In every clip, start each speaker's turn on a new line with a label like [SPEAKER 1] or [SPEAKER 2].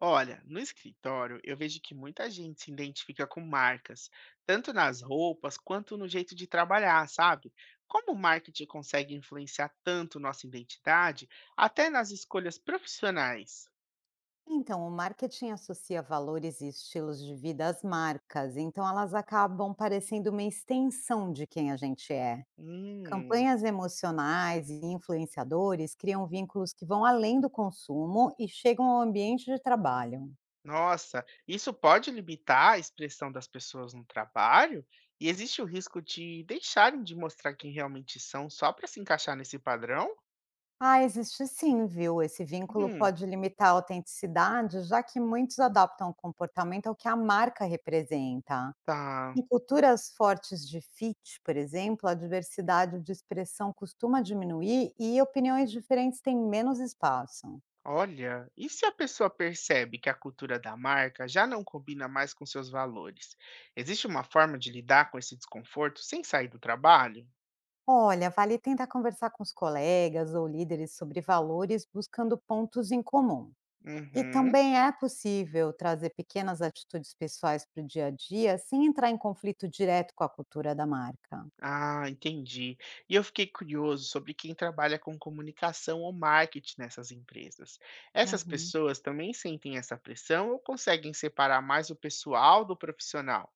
[SPEAKER 1] Olha, no escritório eu vejo que muita gente se identifica com marcas, tanto nas roupas quanto no jeito de trabalhar, sabe? Como o marketing consegue influenciar tanto nossa identidade, até nas escolhas profissionais?
[SPEAKER 2] Então, o marketing associa valores e estilos de vida às marcas, então elas acabam parecendo uma extensão de quem a gente é.
[SPEAKER 1] Hum,
[SPEAKER 2] Campanhas emocionais e influenciadores criam vínculos que vão além do consumo e chegam ao ambiente de trabalho.
[SPEAKER 1] nossa, isso pode limitar a expressão das pessoas no trabalho? E existe o risco de deixarem de mostrar quem realmente são só para se encaixar nesse padrão?
[SPEAKER 2] Ah, existe sim, viu? Esse vínculo
[SPEAKER 1] Hum,
[SPEAKER 2] pode limitar a autenticidade, já que muitos adaptam o comportamento ao que a marca representa.
[SPEAKER 1] tá.
[SPEAKER 2] Em culturas fortes de fit, por exemplo, a diversidade de expressão costuma diminuir e opiniões diferentes têm menos espaço.
[SPEAKER 1] Olha, e se a pessoa percebe que a cultura da marca já não combina mais com seus valores? Existe uma forma de lidar com esse desconforto sem sair do trabalho?
[SPEAKER 2] Olha, vale tentar conversar com os colegas ou líderes sobre valores buscando pontos em comum. E
[SPEAKER 1] Uhum.
[SPEAKER 2] também é possível trazer pequenas atitudes pessoais para o dia a dia sem entrar em conflito direto com a cultura da marca.
[SPEAKER 1] Ah, entendi. E eu fiquei curioso sobre quem trabalha com comunicação ou marketing nessas empresas. Essas
[SPEAKER 2] Uhum.
[SPEAKER 1] pessoas também sentem essa pressão ou conseguem separar mais o pessoal do profissional?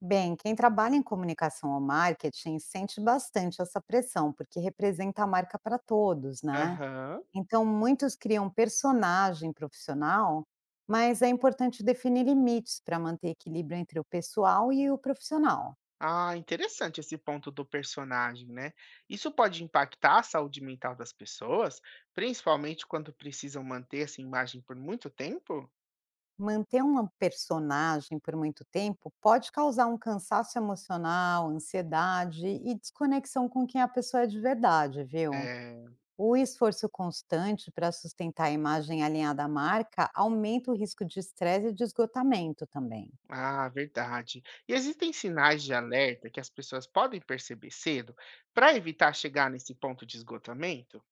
[SPEAKER 2] Bem, quem trabalha em comunicação ou marketing sente bastante essa pressão, porque representa a marca para todos, né?
[SPEAKER 1] Aham.
[SPEAKER 2] Então, muitos criam personagem profissional, mas é importante definir limites para manter equilíbrio entre o pessoal e o profissional.
[SPEAKER 1] Ah, interessante esse ponto do personagem, né? Isso pode impactar a saúde mental das pessoas, principalmente quando precisam manter essa imagem por muito tempo?
[SPEAKER 2] Manter uma personagem por muito tempo pode causar um cansaço emocional, ansiedade e desconexão com quem a pessoa é de verdade, viu?
[SPEAKER 1] É,
[SPEAKER 2] O esforço constante para sustentar a imagem alinhada à marca aumenta o risco de estresse e de esgotamento também.
[SPEAKER 1] ah, verdade. E existem sinais de alerta que as pessoas podem perceber cedo para evitar chegar nesse ponto de esgotamento?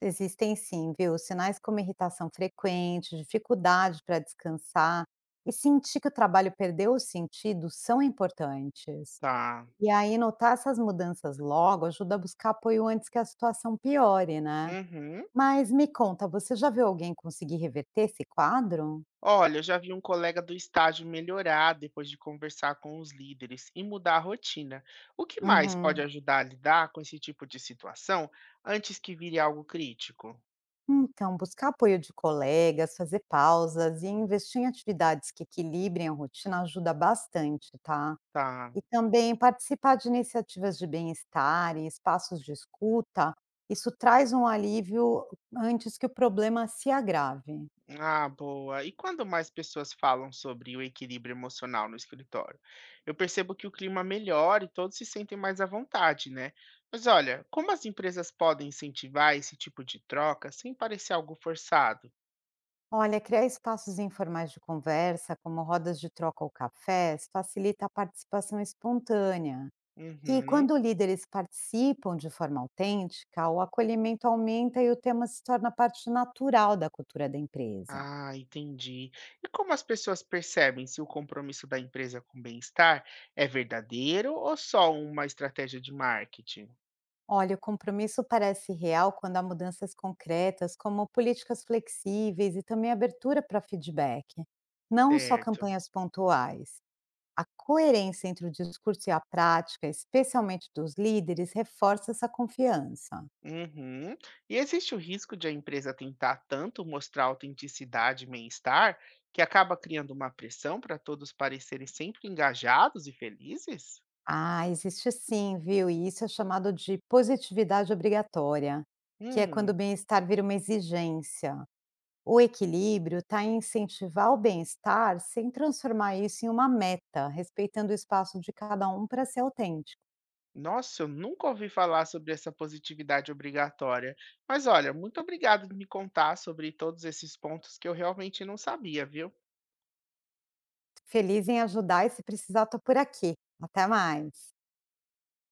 [SPEAKER 2] Existem sim, viu? Sinais como irritação frequente, dificuldade para descansar e sentir que o trabalho perdeu o sentido são importantes.
[SPEAKER 1] Tá.
[SPEAKER 2] E aí, notar essas mudanças logo ajuda a buscar apoio antes que a situação piore, né?
[SPEAKER 1] Uhum.
[SPEAKER 2] Mas me conta, você já viu alguém conseguir reverter esse quadro?
[SPEAKER 1] Olha, eu já vi um colega do estágio melhorar depois de conversar com os líderes e mudar a rotina. O que mais pode
[SPEAKER 2] Uhum.
[SPEAKER 1] ajudar a lidar com esse tipo de situação antes que vire algo crítico?
[SPEAKER 2] Então, buscar apoio de colegas, fazer pausas e investir em atividades que equilibrem a rotina ajuda bastante, tá?
[SPEAKER 1] Tá.
[SPEAKER 2] E também participar de iniciativas de bem-estar e espaços de escuta, isso traz um alívio antes que o problema se agrave.
[SPEAKER 1] Ah, boa. E quando mais pessoas falam sobre o equilíbrio emocional no escritório? Eu percebo que o clima melhora e todos se sentem mais à vontade, né? Mas olha, como as empresas podem incentivar esse tipo de troca sem parecer algo forçado?
[SPEAKER 2] Olha, criar espaços informais de conversa, como rodas de troca ou cafés, facilita a participação espontânea. E
[SPEAKER 1] Uhum.
[SPEAKER 2] quando líderes participam de forma autêntica, o acolhimento aumenta e o tema se torna parte natural da cultura da empresa.
[SPEAKER 1] Ah, entendi. E como as pessoas percebem se o compromisso da empresa com o bem-estar é verdadeiro ou só uma estratégia de marketing?
[SPEAKER 2] Olha, o compromisso parece real quando há mudanças concretas, como políticas flexíveis e também abertura para feedback, não só
[SPEAKER 1] Certo.
[SPEAKER 2] campanhas pontuais. A coerência entre o discurso e a prática, especialmente dos líderes, reforça essa confiança.
[SPEAKER 1] Uhum. E existe o risco de a empresa tentar tanto mostrar autenticidade e bem-estar que acaba criando uma pressão para todos parecerem sempre engajados e felizes?
[SPEAKER 2] Ah, existe sim, viu? E isso é chamado de positividade obrigatória, que é quando o
[SPEAKER 1] Hum.
[SPEAKER 2] bem-estar vira uma exigência. O equilíbrio está em incentivar o bem-estar sem transformar isso em uma meta, respeitando o espaço de cada um para ser autêntico.
[SPEAKER 1] Nossa, eu nunca ouvi falar sobre essa positividade obrigatória. Mas olha, muito obrigado de me contar sobre todos esses pontos que eu realmente não sabia, viu?
[SPEAKER 2] Feliz em ajudar e se precisar, estou por aqui. Até mais.